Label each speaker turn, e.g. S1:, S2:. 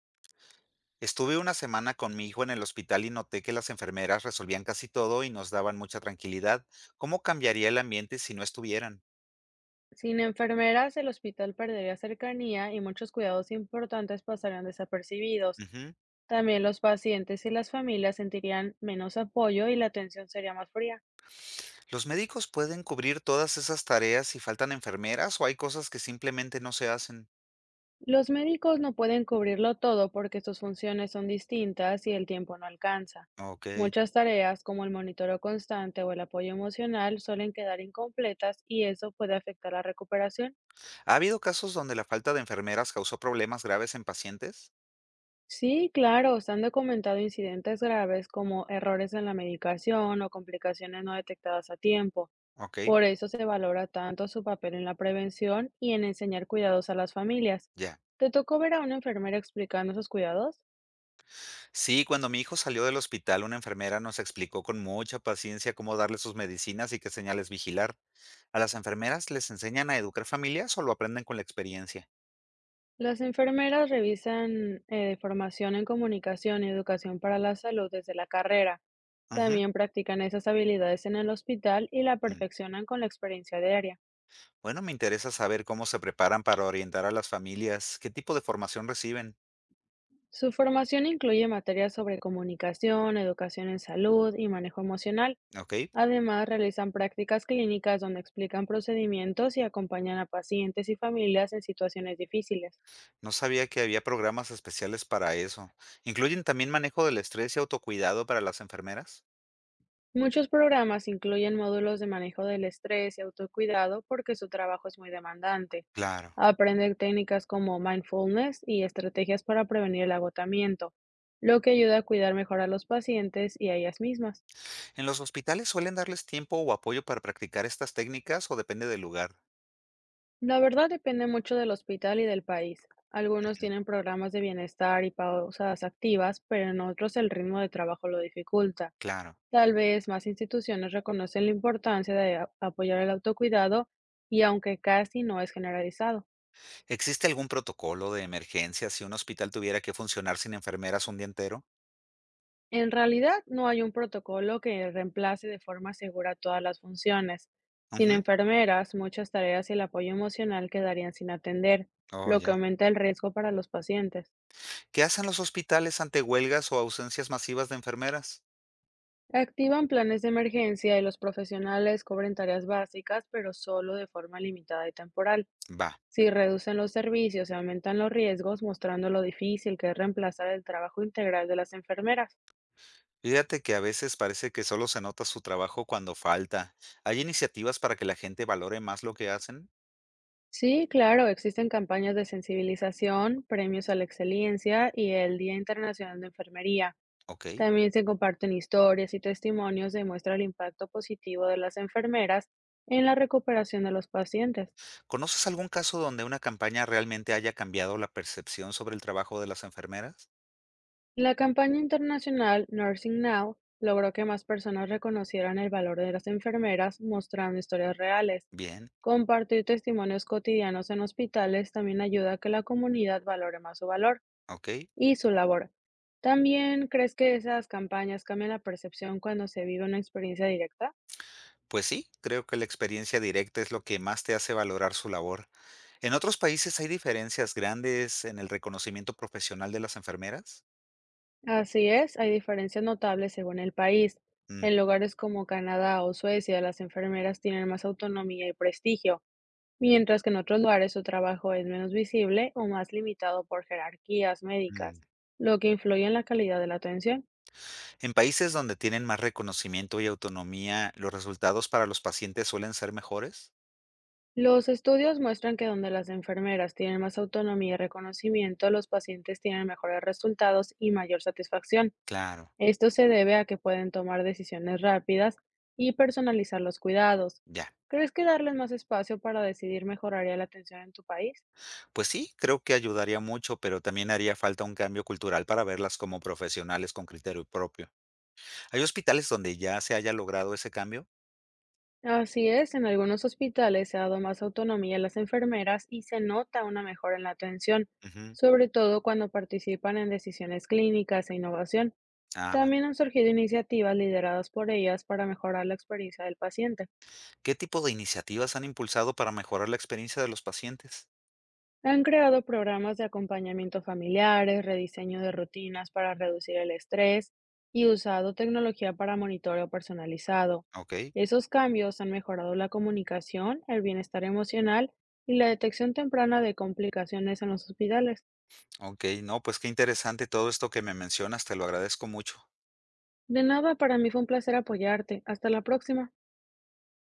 S1: Estuve una semana con mi hijo en el hospital y noté que las enfermeras resolvían casi todo y nos daban mucha tranquilidad. ¿Cómo cambiaría el ambiente si no estuvieran?
S2: Sin enfermeras, el hospital perdería cercanía y muchos cuidados importantes pasarían desapercibidos.
S1: Ujú.
S2: También los pacientes y las familias sentirían menos apoyo y la atención sería más fría.
S1: ¿Los médicos pueden cubrir todas esas tareas si faltan enfermeras o hay cosas que simplemente no se hacen?
S2: Los médicos no pueden cubrirlo todo porque sus funciones son distintas y el tiempo no alcanza.
S1: Ok.
S2: Muchas tareas, como el monitoreo constante o el apoyo emocional, suelen quedar incompletas y eso puede afectar la recuperación.
S1: ¿Ha habido casos donde la falta de enfermeras causó problemas graves en pacientes?
S2: Sí, claro, se han documentado incidentes graves como errores en la medicación o complicaciones no detectadas a tiempo.
S1: Ok,
S2: Por eso se valora tanto su papel en la prevención y en enseñar cuidados a las familias.
S1: ya.
S2: ¿Te tocó ver a una enfermera explicando esos cuidados?
S1: Sí, cuando mi hijo salió del hospital, una enfermera nos explicó con mucha paciencia cómo darle sus medicinas y qué señales vigilar. ¿A las enfermeras les enseñan a educar familias o lo aprenden con la experiencia?
S2: Las enfermeras revisan formación en comunicación y educación para la salud desde la carrera.
S1: Ujú.
S2: También practican esas habilidades en el hospital y la
S1: Mm.
S2: perfeccionan con la experiencia diaria.
S1: Bueno, me interesa saber cómo se preparan para orientar a las familias, qué tipo de formación reciben,
S2: Su formación incluye materias sobre comunicación, educación en salud y manejo emocional.
S1: ¿ok?
S2: Además, realizan prácticas clínicas donde explican procedimientos y acompañan a pacientes y familias en situaciones difíciles.
S1: No sabía que había programas especiales para eso. ¿Incluyen también manejo del estrés y autocuidado para las enfermeras?
S2: Muchos programas incluyen módulos de manejo del estrés y autocuidado porque su trabajo es muy demandante.
S1: Claro.
S2: Aprenden técnicas como mindfulness y estrategias para prevenir el agotamiento, lo que ayuda a cuidar mejor a los pacientes y a ellas mismas.
S1: ¿En los hospitales suelen darles tiempo o apoyo para practicar estas técnicas o depende del lugar?
S2: La verdad depende mucho del hospital y del país. Algunos
S1: Ujú.
S2: tienen programas de bienestar y pausas activas, pero en otros el ritmo de trabajo lo dificulta.
S1: Claro.
S2: Tal vez más instituciones reconocen la importancia de apoyar el autocuidado y aunque casi no es generalizado.
S1: ¿Existe algún protocolo de emergencia si un hospital tuviera que funcionar sin enfermeras un día entero?
S2: En realidad no hay un protocolo que reemplace de forma segura todas las funciones. Sin
S1: Ujú.
S2: enfermeras, muchas tareas y el apoyo emocional quedarían sin atender,
S1: Oh,
S2: lo que
S1: ya.
S2: aumenta el riesgo para los pacientes.
S1: ¿Qué hacen los hospitales ante huelgas o ausencias masivas de enfermeras?
S2: Activan planes de emergencia y los profesionales cubren tareas básicas, pero solo de forma limitada y temporal.
S1: Va.
S2: Si reducen los servicios, se aumentan los riesgos, mostrando lo difícil que es reemplazar el trabajo integral de las enfermeras.
S1: Fíjate que a veces parece que solo se nota su trabajo cuando falta. ¿Hay iniciativas para que la gente valore más lo que hacen?
S2: Sí, claro, existen campañas de sensibilización, premios a la excelencia y el Día Internacional de Enfermería.
S1: Ok.
S2: También se comparten historias y testimonios que muestran el impacto positivo de las enfermeras en la recuperación de los pacientes.
S1: ¿Conoces algún caso donde una campaña realmente haya cambiado la percepción sobre el trabajo de las enfermeras?
S2: La campaña internacional Nursing Now logró que más personas reconocieran el valor de las enfermeras mostrando historias reales.
S1: Bien,
S2: Compartir testimonios cotidianos en hospitales también ayuda a que la comunidad valore más su valor
S1: ok.
S2: y su labor. También, ¿crees que esas campañas cambian la percepción cuando se vive una experiencia directa?
S1: Pues sí, creo que la experiencia directa es lo que más te hace valorar su labor. ¿En otros países hay diferencias grandes en el reconocimiento profesional de las enfermeras?
S2: Así es, hay diferencias notables según el país.
S1: Mm,
S2: En lugares como Canadá o Suecia, las enfermeras tienen más autonomía y prestigio. Mientras que en otros lugares su trabajo es menos visible o más limitado por jerarquías médicas,
S1: mm.
S2: lo que influye en la calidad de la atención.
S1: En países donde tienen más reconocimiento y autonomía, ¿los resultados para los pacientes suelen ser mejores?
S2: Los estudios muestran que donde las enfermeras tienen más autonomía y reconocimiento, los pacientes tienen mejores resultados y mayor satisfacción.
S1: Claro,
S2: Esto se debe a que pueden tomar decisiones rápidas y personalizar los cuidados.
S1: ya.
S2: ¿Crees que darles más espacio para decidir mejoraría la atención en tu país?
S1: Pues sí, creo que ayudaría mucho, pero también haría falta un cambio cultural para verlas como profesionales con criterio propio. ¿Hay hospitales donde ya se haya logrado ese cambio?
S2: Así es, en algunos hospitales se ha dado más autonomía a las enfermeras y se nota una mejora en la atención,
S1: Ujú.
S2: sobre todo cuando participan en decisiones clínicas e innovación.
S1: Ah, va.
S2: También han surgido iniciativas lideradas por ellas para mejorar la experiencia del paciente.
S1: ¿Qué tipo de iniciativas han impulsado para mejorar la experiencia de los pacientes?
S2: Han creado programas de acompañamiento familiares, rediseño de rutinas para reducir el estrés y usado tecnología para monitoreo personalizado.
S1: Ok,
S2: Esos cambios han mejorado la comunicación, el bienestar emocional y la detección temprana de complicaciones en los hospitales.
S1: ok, no, pues qué interesante todo esto que me mencionas, te lo agradezco mucho.
S2: De nada, para mí fue un placer apoyarte. Hasta la próxima.